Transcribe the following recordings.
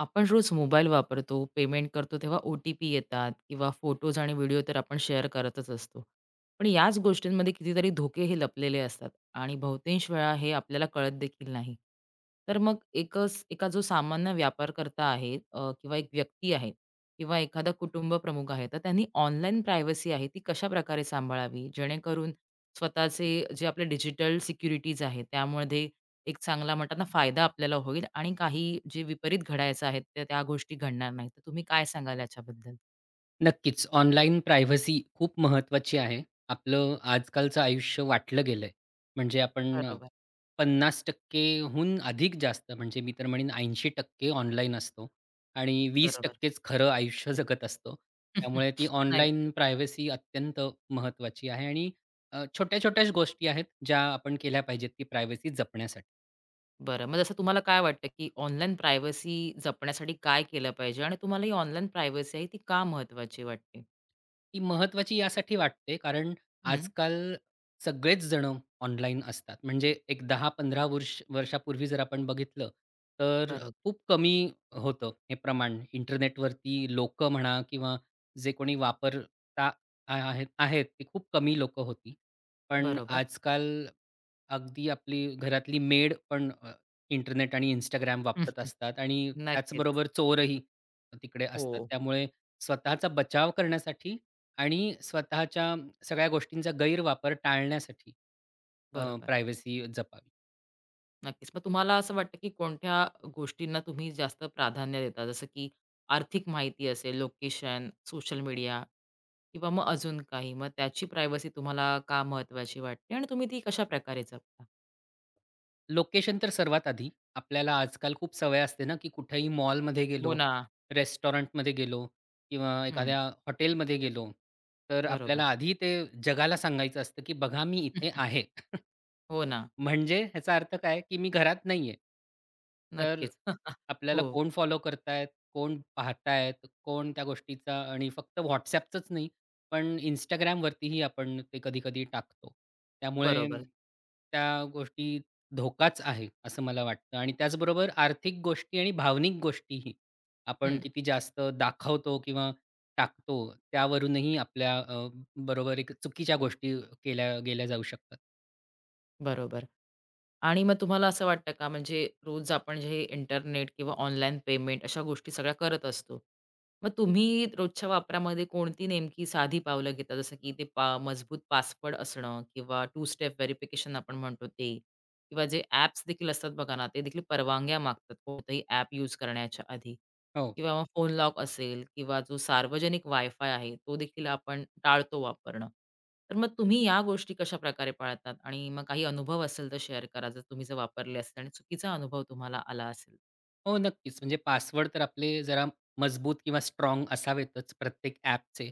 आपण रोज मोबाईल वापरतो, पेमेंट करतो तेव्हा ओ-टी-पी येतात किंवा फोटोज आणि व्हिडिओ तर आपण शेअर करतच असतो. पण याच गोष्टींमध्ये कितीतरी धोके हे लपलेले असतात आणि बहुतांश वेळा हे आपल्याला कळत देखील नाही. तर मग एकच एका जो सामान्य व्यापारकर्ता आहे किंवा एक व्यक्ती आहे किंवा एखादा कुटुंब प्रमुख आहे, तर त्यांनी ऑनलाईन प्रायव्हसी आहे ती कशाप्रकारे सांभाळावी? जेणेकरून स्वतःचे जे आपले डिजिटल सिक्युरिटीज आहेत त्यामध्ये एक चांगला म्हणतात ना फायदा आपल्याला होईल आणि काही जे विपरीत घडायचं आहे त्या त्या गोष्टी घडणार नाहीत. तर तुम्ही काय सांगाल याच्याबद्दल? नक्कीच. ऑनलाईन प्रायव्हसी खूप महत्त्वाची आहे. आपलं आजकालचं आयुष्य वाटलं गेलंय. म्हणजे आपण बरोबर, 50% हून अधिक जास्त म्हणजे मी तर म्हणेन 80% ऑनलाईन असतो आणि बरोबर. 20% च खरं आयुष्य जगत असतो. त्यामुळे ती ऑनलाईन नक्कीच. प्रायव्हसी अत्यंत महत्त्वाची आहे आणि छोट्या-छोट्याच गोष्टी आहेत, ज्या आपण केल्या पाहिजेत ती प्रायव्हसी जपण्यासाठी. बरं, मग जसं तुम्हाला काय वाटतं, की ऑनलाईन प्रायव्हसी जपण्यासाठी काय केलं पाहिजे आणि तुम्हाला ही ऑनलाईन प्रायव्हसी आहे ती का महत्त्वाची वाटते? ती महत्त्वाची यासाठी वाटते कारण हं, आजकाल सगळेच जण ऑनलाईन असतात. म्हणजे एक 10 15 वर्षापूर्वी जर आपण बघितलं, तर बरोबर, खूप कमी होतं हे प्रमाण. इंटरनेटवरती लोकं म्हणा किंवा जे कोणी वापरता आ आहेत आहेत ते खूप कमी लोक होती. पण बरोबर. आजकाल अगदी आपली घरातली मेड पण इंटरनेट आणि Instagram वापरत असतात आणि नक्कीच. त्याचबरोबर चोरही तिकडे हो, असतात. त्यामुळे स्वतःचा बचाव करण्यासाठी आणि स्वतःच्या सगळ्या गोष्टींचा गैरवापर टाळण्यासाठी बरोबर. प्रायव्हसी जपावी. नक्कीच. मग तुम्हाला असं वाटतं, की कोणत्या गोष्टींना तुम्ही जास्त प्राधान्य देता? जसं की आर्थिक माहिती असेल, लोकेशन, सोशल मीडिया किंवा मग अजून काही. मग त्याची प्रायव्हसी तुम्हाला का महत्वाची वाटते आणि तुम्ही ती कशाप्रकारे जपता? लोकेशन तर सर्वात आधी. आपल्याला आजकाल खूप सवय असते ना, की कुठेही मॉलमध्ये गेलो, हो ना. रेस्टॉरंटमध्ये गेलो किंवा हं. एखाद्या हॉटेलमध्ये गेलो, तर बरोबर. आपल्याला आधी ते जगाला सांगायचं असतं, की "बघा मी इथे आहे." हो ना. म्हणजे ह्याचा अर्थ काय, की मी घरात नाहीये. तर नक्कीच. आपल्याला हो. कोण फॉलो करतायत, कोण पाहतायत, कोण त्या गोष्टीचा आणि फक्त WhatsAppचंच नाही, पण Instagramवरतीही आपण ते कधी-कधी टाकतो. त्यामुळे बरोबर. त्या गोष्टी धोकाच आहे, असं मला वाटतं आणि त्याचबरोबर आर्थिक गोष्टी आणि भावनिक गोष्टीही आपण हं. किती जास्त दाखवतो किंवा टाकतो, त्यावरूनही आपल्या बरोबर एक चुकीच्या गोष्टी केल्या गेल्या जाऊ शकतात. बरोबर. आणि मग तुम्हाला असं वाटतं का म्हणजे रोज आपण जे इंटरनेट किंवा ऑनलाईन पेमेंट अशा गोष्टी सगळ्या करत असतो. मग तुम्ही रोजच्या वापरामध्ये कोणती नेमकी साधी पावलं घेता? जसं की ते मजबूत पासवर्ड असणं किंवा टू स्टेप व्हेरिफिकेशन आपण म्हणतो ते किंवा जे ॲप्स देखील असतात बघा ना, ते देखील परवानग्या मागतात कोणतंही ॲप यूज करण्याच्या आधी. हो. किंवा मग फोन लॉक असेल किंवा जो सार्वजनिक वायफाय आहे, तो देखील आपण टाळतो वापरणं. तर मग तुम्ही या गोष्टी कशाप्रकारे पाळतात? आणि मग काही अनुभव असेल तर शेअर करा, जर तुम्ही जर वापरले असतील आणि चुकीचा अनुभव तुम्हाला आला असेल. हो, नक्कीच. म्हणजे पासवर्ड तर आपले जरा मजबूत किंवा स्ट्राँग असावेतच प्रत्येक ॲपचे.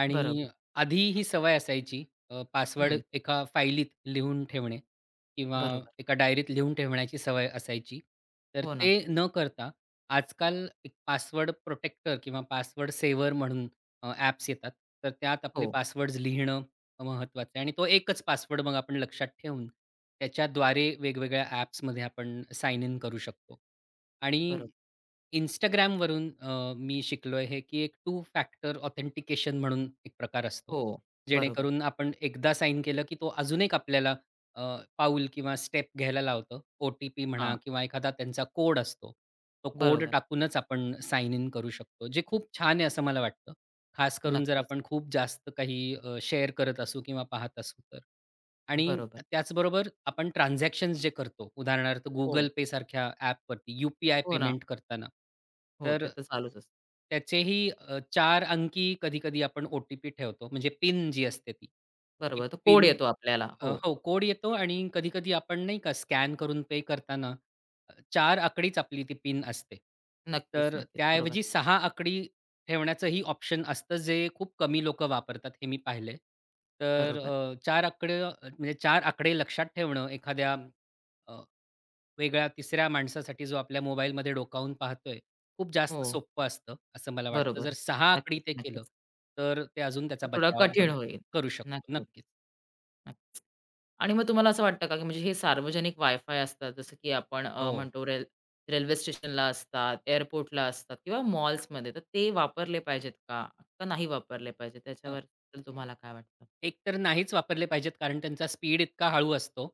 आणि बरोबर. आधी ही सवय असायची पासवर्ड हं, एका फाईलीत लिहून ठेवणे किंवा बरोबर. एका डायरीत लिहून ठेवण्याची सवय असायची. तर हो ना. ते न करता आजकाल एक पासवर्ड प्रोटेक्टर किंवा पासवर्ड सेवर म्हणून ॲप्स येतात. तर त्यात आपले हो, पासवर्ड्स लिहिणं महत्त्वाचं आहे आणि तो एकच पासवर्ड मग आपण लक्षात ठेवून त्याच्याद्वारे वेगवेगळ्या ॲप्समध्ये आपण साइन इन करू शकतो. आणि बरोबर. Instagramवरून मी शिकलोय हे, की एक टू फॅक्टर ऑथेंटिकेशन म्हणून एक प्रकार असतो. हो, बरोबर. जेणेकरून आपण एकदा साइन केलं, की तो अजून एक आपल्याला अ, पाऊल किंवा स्टेप घ्यायला लावतं. ओ-टी-पी म्हणा हां, किंवा एखादा त्यांचा कोड असतो. तो कोड बरोबर. टाकूनच आपण साइन इन करू शकतो. जे खूप छान आहे असं मला वाटतं. खास करून जर नक्कीच. आपण खूप जास्त काही शेअर करत असू किंवा पाहत असू तर. आणि बरोबर. त्याचबरोबर आपण ट्रान्झॅक्शन्स जे करतो, उदाहरणार्थ हो, Google पे सारख्या ॲपवरती यू-पी-आय हो ना. पेमेंट करताना, हो, तर ते तर चालूच असतं. त्याचेही चार अंकी कधी-कधी आपण ओ-टी-पी ठेवतो, म्हणजे पिन जी असते ती. ती बरोबर. तो कोड पिन येतो आपल्याला. हो, हो, कोड येतो आणि कधी-कधी आपण नाही का स्कॅन करून पे करताना चार आकडीच आपली ती पिन असते. नक्कीच, तर नक्कीच. बरोबर, त्याऐवजी 6 आकडी ठेवण्याचंही ऑप्शन असतं, जे खूप कमी लोकं वापरतात हे मी पाहिलंय. तर बरोबर. 4 आकडे म्हणजे 4 आकडे लक्षात ठेवणं एखाद्या अ, वेगळ्या तिसऱ्या माणसासाठी जो आपल्या मोबाईलमध्ये डोकावून पाहतोय, खूप हो, जास्त सोपं असतं, असं मला वाटतं. बरोबर. जर 6 आकडी नक्कीच, ते केलं, नक्कीच. तर ते अजून त्याचा ते थोडं बचाव कठीण आपण होईल. करू शकतो. नक्कीच, नक्कीच. नक्की. आणि मग तुम्हाला असं वाटतं का, की म्हणजे हे सार्वजनिक वाय-फाय असतात, जसं की आपण हो. म्हणतो रेल्वे स्टेशनला असतात, एअरपोर्टला असतात किंवा मॉल्समध्ये, तर ते वापरले पाहिजेत का? का नाही वापरले पाहिजेत? त्याच्याबद्दल तुम्हाला काय वाटतं? एकतर नाहीच वापरले पाहिजेत कारण त्यांचा स्पीड इतका हळू असतो,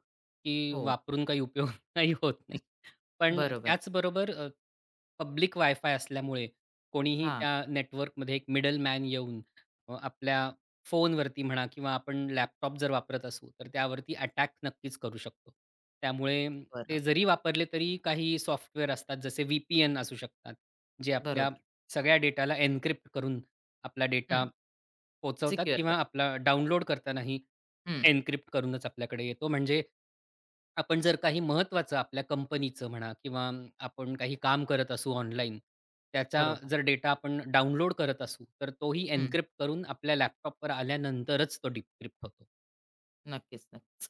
की हो, वापरून काही उपयोग नाही होत नाही. पण बरोबर. त्याचबरोबर पब्लिक वायफाय असल्यामुळे कोणीही हां, त्या नेटवर्कमध्ये एक मिडलमॅन येऊन आपल्या फोनवरती म्हणा किंवा आपण लॅपटॉप जर वापरत असू, तर त्यावरती अटॅक नक्कीच करू शकतो. त्यामुळे बरं. ते जरी वापरले तरी काही सॉफ्टवेअर असतात जसे व्ही-पी-एन असू शकतात, जे आपल्या बरोबर. सगळ्या डेटाला एन्क्रिप्ट करून आपला डेटा पोहचवतात सिक्युअर किंवा आपला डाउनलोड करतानाही एन्क्रिप्ट करूनच आपल्याकडे येतो. म्हणजे आपण जर काही महत्त्वाचं आपल्या कंपनीचं म्हणा किंवा आपण काही काम करत असू ऑनलाईन, त्याचा बरोबर. जर डेटा आपण डाउनलोड करत असू, तर तोही हं. एन्क्रिप्ट करून आपल्या लॅपटॉपवर आल्यानंतरच तो डिक्रिप्ट होतो. नक्कीच.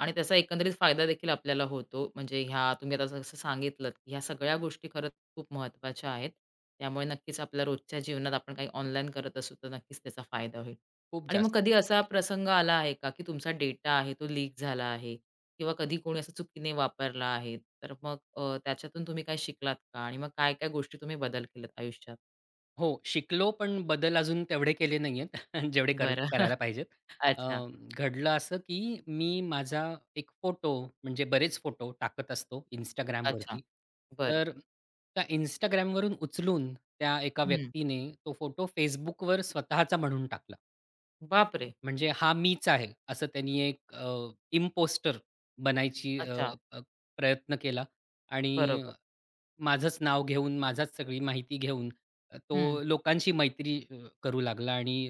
आणि त्याचा एकंदरीत फायदा देखील आपल्याला होतो. म्हणजे ह्या तुम्ही आता जसं सांगितलंत, ह्या सगळ्या गोष्टी खरंच खूप महत्त्वाच्या आहेत. त्यामुळे नक्कीच आपल्या रोजच्या जीवनात आपण काही ऑनलाईन करत असू, तर नक्कीच त्याचा फायदा होईल. खूप आणि मग जास्त. कधी असा प्रसंग आला आहे का, की तुमचा डेटा आहे तो लीक झाला आहे किंवा कधी कोणी असं चुकीने वापरला आहे? तर मग त्याच्यातून तुम्ही काय शिकलात का? आणि मग काय-काय गोष्टी तुम्ही बदल केलेत आयुष्यात? हो, शिकलो पण बदल अजून तेवढे केले नाहीयेत जेवढे कर बरं. करायला पाहिजेत. अ, अच्छा, घडलं असं की मी माझा एक फोटो म्हणजे बरेच फोटो टाकत असतो अच्छा. Instagramवरती. बरं. तर त्या Instagramवरून उचलून त्या एका हं. व्यक्तीने तो फोटो Facebookवर स्वतःचा म्हणून टाकला. बापरे! म्हणजे हा मीच आहे असं त्यांनी एक इम्पोस्टर बनायची अ, अच्छा. अ, प्रयत्न केला आणि बरोबर. माझंच नाव घेऊन, माझाच सगळी माहिती घेऊन हं. तो लोकांशी मैत्री करू लागला आणि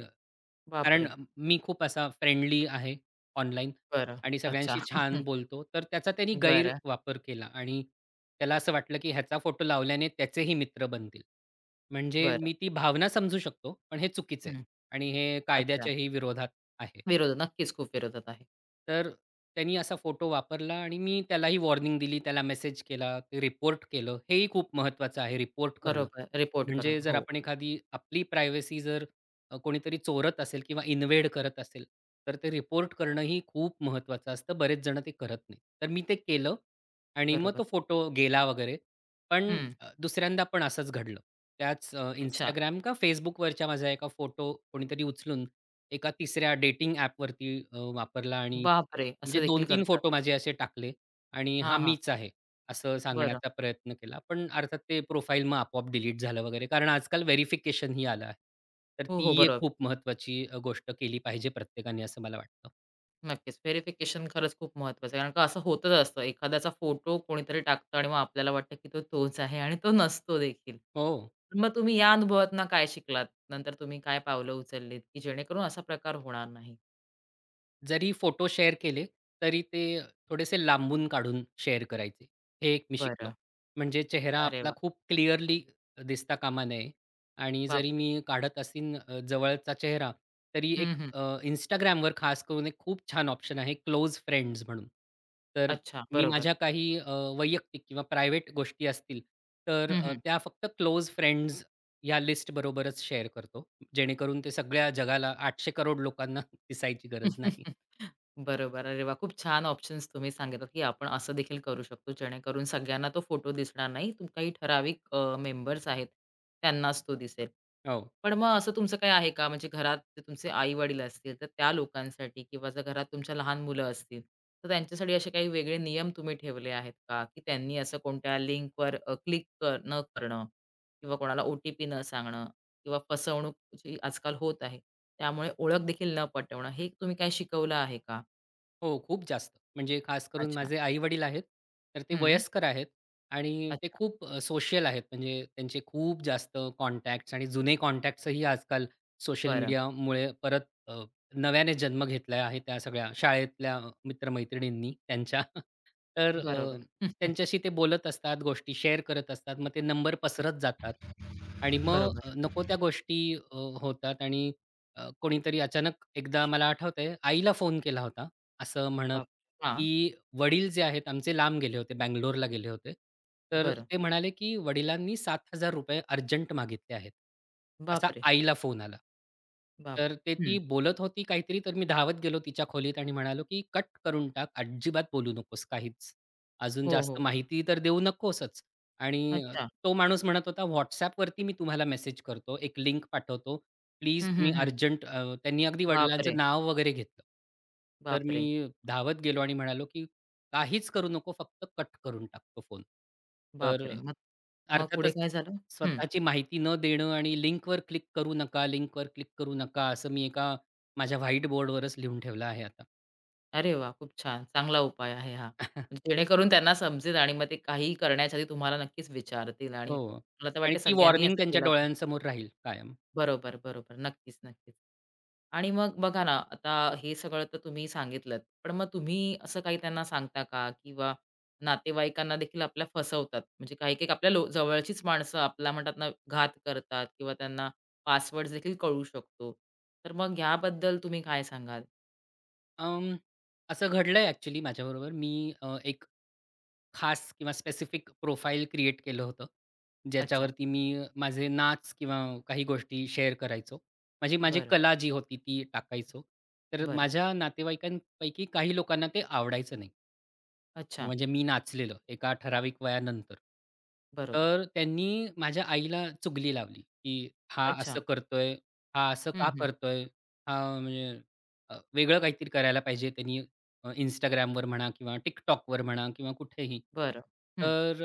कारण बापरे! मी खूप असा फ्रेंडली आहे ऑनलाईन बरं. आणि अच्छा. सगळ्यांशी छान बोलतो. तर त्याचा त्यांनी बरं, गैरवापर केला आणि त्याला असं वाटलं, की ह्याचा फोटो लावल्याने त्याचेही मित्र बनतील. म्हणजे बरं. मी ती भावना समजू शकतो, पण हे चुकीचं आहे हं. आणि हे अच्छा. कायद्याच्याही विरोधात आहे. विरोध नक्कीच खूप विरोधात आहे. तर त्यांनी असा फोटो वापरला आणि मी त्यालाही वॉर्निंग दिली, त्याला मेसेज केला, ते रिपोर्ट केलं. हेही खूप महत्त्वाचं आहे रिपोर्ट करणं. बरोबर. रिपोर्ट करणं. म्हणजे जर हो, आपण एखादी आपली प्रायव्हसी जर कोणीतरी चोरत असेल किंवा इन्व्हेड करत असेल, तर ते रिपोर्ट करणंही खूप महत्त्वाचं असतं. बरेच जण ते करत नाहीत. तर मी ते केलं आणि मग बरोबर. तो फोटो गेला वगैरे. पण हं. दुसऱ्यांदा पण असंच घडलं. त्याच अच्छा. Instagram का Facebookवरच्या माझा एका फोटो कोणीतरी उचलून एका तिसऱ्या डेटिंग ॲपवरती वापरला आणि बापरे! असं म्हणजे देखील 2 तीन करतात. फोटो माझे असे टाकले आणि हा हां, हां. मीच आहे, असं बरं. सांगण्याचा प्रयत्न केला. पण अर्थात ते प्रोफाईल मग आपोआप डिलीट झालं वगैरे कारण आजकाल व्हेरिफिकेशन ही आलं आहे. तर हो, हो. ती एक बरोबर. खूप महत्त्वाची गोष्ट केली पाहिजे प्रत्येकाने असं मला वाटतं. नक्कीच. व्हेरिफिकेशन खरंच खूप महत्त्वाचं आहे. कारण का असं होतच असतं. एखाद्याचा फोटो कोणीतरी टाकतं आणि मग आपल्याला वाटतं, की तो तोच आहे आणि तो नसतो देखील. हो. मग तुम्ही या अनुभवातनं काय शिकलात? नंतर तुम्ही काय पावलं उचललीत, की जेणेकरून असा प्रकार होणार नाही? जरी फोटो शेअर केले, तरी ते थोडेसे लांबून काढून शेअर करायचे. हे एक मी शिकलो. बरं. म्हणजे चेहरा अरे आपला वाह! खूप क्लिअरली दिसता कामा नये आणि जरी बापरे! मी काढत असीन जवळचा चेहरा, तरी हं, एक हं. Instagramवर खास करून एक खूप छान ऑप्शन आहे क्लोज फ्रेंड्स म्हणून. तर अच्छा, मी बरोबर. माझ्या काही वैयक्तिक किंवा प्रायव्हेट गोष्टी असतील, तर हं, हं. त्या फक्त क्लोज फ्रेंड्स या लिस्टबरोबरच शेअर करतो. जेणेकरून ते सगळ्या जगाला 800 करोड लोकांना दिसायची गरज नाही. बरोबर. अरे वाह! खूप छान ऑप्शन्स तुम्ही सांगितलात, की आपण असं देखील करू शकतो, जेणेकरून सगळ्यांना तो फोटो दिसणार नाही. तुम काही ठराविक मेंबर्स आहेत, त्यांनाच तो दिसेल. हो. पण मग असं तुमचं काही आहे का? म्हणजे घरात जे तुमचे आई-वडील असतील, तर त्या लोकांसाठी किंवा जर घरात तुमच्या लहान मुलं असतील, तर त्यांच्यासाठी असे काही वेगळे नियम तुम्ही ठेवले आहेत का? की त्यांनी असं कोणत्या लिंकवर क्लिक न करणं किंवा कोणाला ओ-टी-पी न सांगणं किंवा फसवणूक जी आजकाल होत आहे. त्यामुळे ओळख देखील न पटवणं, हे तुम्ही काय शिकवलं आहे का? हो, खूप जास्त. म्हणजे खास करून अच्छा. माझे आई-वडील आहेत, तर ते हं. वयस्कर आहेत आणि ते अच्छा. खूप सोशल आहेत. म्हणजे त्यांचे खूप जास्त कॉन्टॅक्ट्स आणि जुने कॉन्टॅक्ट्सही आजकाल सोशल बरं. मीडियामुळे परत अ, नव्याने जन्म घेतला आहे त्या सगळ्या शाळेतल्या मित्र त्यांच्या. तर बरोबर. हं, त्यांच्याशी ते बोलत असतात, गोष्टी शेअर करत असतात. मग ते नंबर पसरत जातात आणि हं. मग बरोबर. नको त्या गोष्टी अ, होतात आणि कोणीतरी अचानक एकदा मला आठवतंय आईला फोन केला होता असं म्हणत, बाप हां. की वडील जे आहेत आमचे लांब गेले होते, बंगलोरला गेले होते. तर बरं. ते म्हणाले, की वडिलांनी ₹7,000 अर्जंट मागितले आहेत. असा बापरे! आईला फोन आला. तर बापरे! ते ती हं. बोलत होती काहीतरी, तर मी धावत गेलो तिच्या खोलीत आणि म्हणालो, की "कट करून टाक. अजिबात बोलू नकोस काहीच. अजून हो, जास्त हो. माहिती तर देऊ नकोसच." आणि अच्छा. तो माणूस म्हणत होता, "WhatsAppवरती मी तुम्हाला मेसेज करतो, एक लिंक पाठवतो. प्लीज हं, हं, तुम्ही हं. अर्जंट त्यांनी अगदी बापरे! वडिलांचं नाव वगैरे घेतलं. तर बापरे! मी धावत गेलो आणि म्हणालो, की "काहीच करू नको, फक्त कट करून टाक फोन." तर बापरे! मग मग पुढे अर्थातच काय झालं? हं. स्वतःची माहिती न देणं आणि लिंकवर क्लिक करू नका, लिंकवर क्लिक करू नका, असं मी एका माझ्या व्हाईट बोर्डवरच लिहून ठेवलं आहे आता. अरे वाह! खूप छान. चांगला उपाय आहे हा. जेणेकरून त्यांना समजेल आणि मग ते काहीही करण्याच्या आधी तुम्हाला नक्कीच विचारतील आणि हो. मला तर आणि वाटतं ती सगळ्यांनी वॉर्निंग असं त्यांच्या केलं डोळ्यांसमोर राहील कायम. बरोबर. नक्कीच. आणि मग बघा ना, आता हे सगळं तर तुम्ही सांगितलंत. पण मग तुम्ही असं काही त्यांना सांगता का? किंवा नातेवाईकांना देखील आपल्या फसवतात. म्हणजे काही-काही आपल्या जवळचीच माणसं आपला म्हणतात ना, घात करतात किंवा त्यांना पासवर्ड देखील कळू शकतो. तर मग याबद्दल तुम्ही काय सांगाल? अं, असं घडलंय ॲक्चुअली माझ्याबरोबर. मी एक खास किंवा स्पेसिफिक प्रोफाइल क्रिएट केलं होतं. अच्छा. ज्याच्यावरती मी माझे नाच किंवा काही गोष्टी शेअर करायचो. माझी माझी बरं, कला जी होती ती टाकायचो. तर बरं. माझ्या नातेवाईकांपैकी काही लोकांना ते आवडायचं नाही. अच्छा. म्हणजे मी नाचलेलं एका ठराविक वयानंतर. बरोबर. तर त्यांनी माझ्या आईला चुगली लावली, की "हा असं अच्छा. करतोय, हा असं हं, का हं. करतोय? हा म्हणजे वेगळं काहीतरी करायला पाहिजे त्यांनी Instagramवर म्हणा किंवा TikTokवर म्हणा किंवा कुठेही." बरं. हं. तर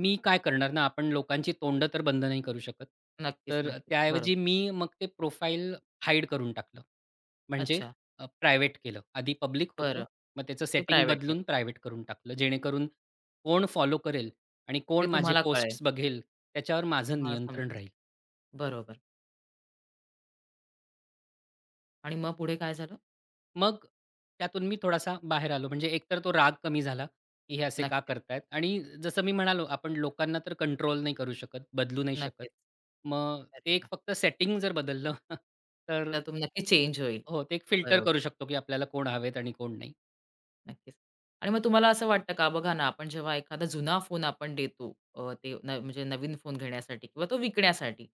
मी काय करणार ना, आपण लोकांची तोंडं तर बंद नाही करू शकत. नक्कीच, तर नक्कीच. बरोबर. त्याऐवजी मी मग ते प्रोफाईल हाईड करून टाकलं. म्हणजे अच्छा. प्रायव्हेट केलं. आधी पब्लिक होतं, बरं. मग त्याचं ते सेटिंग प्रायव्हेट केलं. बदलून प्रायव्हेट करून टाकलं. जेणेकरून कोण फॉलो करेल आणि हे कोण माझे तुम्हाला कळेल. पोस्ट्स बघेल, त्याच्यावर माझं तुम्हाला नियंत्रण समजेल. राहील. बरोबर आणि मग पुढे काय झालं? मग त्यातून मी थोडासा बाहेर आलो. म्हणजे एकतर तो राग कमी झाला, की हे असे का नक्कीच, करतायत? आणि जसं मी म्हणालो, आपण लोकांना तर कंट्रोल नाही करू शकत, बदलू नाही शकत. नक्कीच. मग अरे ते एक वाह! फक्त सेटिंग जर बदललं तर तर तुम नक्की चेंज होईल. हो, ते एक फिल्टर बरोबर, करू शकतो, की आपल्याला कोण हवेत आणि कोण नाही. नक्कीच. आणि मग तुम्हाला असं वाटतं का बघा ना, आपण जेव्हा एखादा जुना फोन आपण देतो ते म्हणजे नवीन फोन घेण्यासाठी किंवा तो विकण्यासाठी,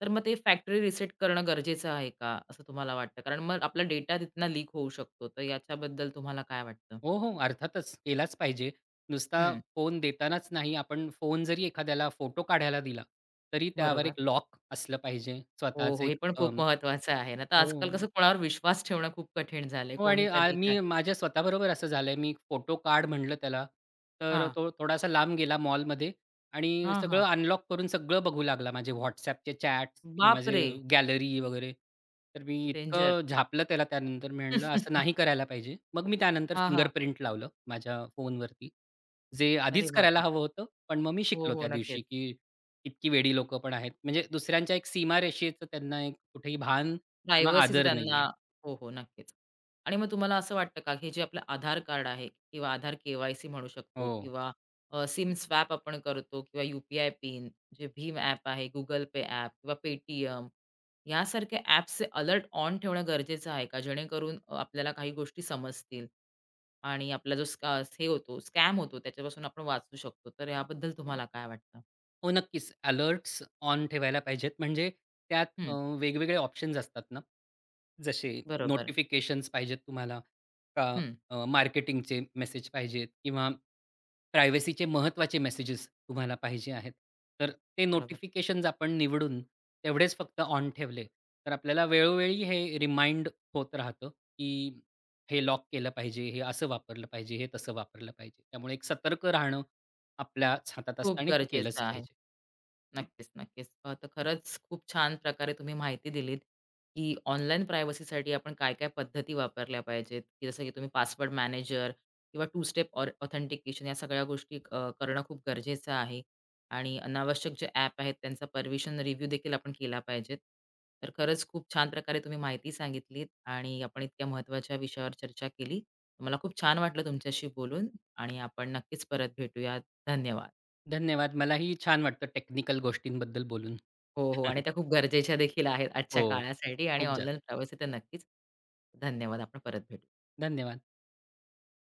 तर मग ते फॅक्टरी रिसेट करणं गरजेचं आहे का, असं तुम्हाला वाटतं? कारण मग आपला डेटा तिथनं लीक होऊ शकतो. तर याच्याबद्दल तुम्हाला काय वाटतं? हो, हो, अर्थातच केलाच पाहिजे. नुसता हं, फोन देतानाच नाही, आपण फोन जरी एखाद्याला फोटो काढायला दिला, तरी त्यावर बरोबर. एक लॉक असलं पाहिजे. हो, स्वतःचं हो. हे एक पण खूप महत्वाचं आहे ना. तर आजकाल हो. कसं कोणावर विश्वास ठेवणं खूप कठीण झालंय. हो कोणी आणि कधी काय मी माझ्या स्वतःबरोबर असं झालंय. मी फोटो काढ म्हटलं त्याला, तर हां, तो थोडासा लांब गेला मॉलमध्ये आणि हां, सगळं हां. अनलॉक करून सगळं बघू लागला. माझे WhatsAppचे चॅट्स, माझे बापरे! गॅलरी वगैरे. तर मी डेंजर. इतकं झापलं त्याला त्यानंतर मी म्हटलं, "असं नाही करायला पाहिजे." मग मी त्यानंतर हां, हां. फिंगरप्रिंट लावलं माझ्या फोनवरती. जे अरे आधीच करायला बापरे! हवं होतं, पण मग मी हो, शिकलो हो. त्या दिवशी, नक्कीच. की इतकी वेडी लोकं पण आहेत. म्हणजे दुसऱ्यांच्या एक सीमारेषेचं त्यांना एक कुठेही भान किंवा प्रायव्हसीचं आदर नाहीये. त्यांना हो, हो. नक्कीच. आणि मग तुम्हाला असं वाटतं का, हे जे आपलं आधार कार्ड आहे किंवा आधार के-वाय-सी म्हणू शकतो हो. किंवा सिम स्वॅप आपण करतो किंवा यू पिन, जे भीम ॲप आहे, Google पे ॲप किंवा Paytm यासारख्या ॲप्सचे अलर्ट ऑन ठेवणं गरजेचं आहे का? जेणेकरून आपल्याला काही गोष्टी समजतील आणि आपला जो स्कॅम होतो त्याच्यापासून आपण वाचू शकतो. तर याबद्दल तुम्हाला काय वाटतं? हो, नक्कीच. अलर्ट्स ऑन ठेवायला पाहिजेत. म्हणजे त्यात हं. वेगवेगळे ऑप्शन्स असतात ना, जसे बरोबर. नोटिफिकेशन्स पाहिजेत तुम्हाला का हं, मार्केटिंगचे मेसेज पाहिजेत किंवा प्रायव्हसीचे महत्त्वाचे मेसेजेस तुम्हाला पाहिजे आहेत. तर ते बरोबर. नोटिफिकेशन्स आपण निवडून तेवढेच फक्त ऑन ठेवले, तर आपल्याला वेळोवेळी हे रिमाइंड होत राहतं, की हे लॉक केलं पाहिजे, हे असं वापरलं पाहिजे, हे तसं वापरलं पाहिजे. त्यामुळे एक सतर्क राहणं आपल्याच हातात असतं खूप आणि ते गरजेचं केलंच आहे. पाहिजे. नक्कीच. तर खरंच खूप छान प्रकारे तुम्ही माहिती दिलीत, की ऑनलाईन प्रायव्हसीसाठी आपण काय-काय पद्धती वापरल्या पाहिजेत, की जसं की तुम्ही पासवर्ड मॅनेजर किंवा टू स्टेप ऑर ऑथेंटिकेशन या सगळ्या गोष्टी करणं खूप गरजेचं आहे. आणि अनावश्यक जे ॲप आहेत त्यांचा परमिशन रिव्ह्यू देखील आपण केला पाहिजेत. तर खरंच खूप छान प्रकारे तुम्ही माहिती सांगितलीत आणि आपण इतक्या महत्त्वाच्या विषयावर चर्चा केली. मला खूप छान वाटलं तुमच्याशी बोलून आणि आपण नक्कीच परत भेटूयात. धन्यवाद. धन्यवाद. मलाही छान वाटलं टेक्निकल गोष्टींबद्दल बोलून. हो, हो. आणि त्या खूप गरजेच्या देखील आहेत आजच्या हो, काळासाठी आणि खूप जास्त. ऑनलाईन प्रायव्हसी तर नक्कीच. धन्यवाद. आपण परत भेटू. धन्यवाद.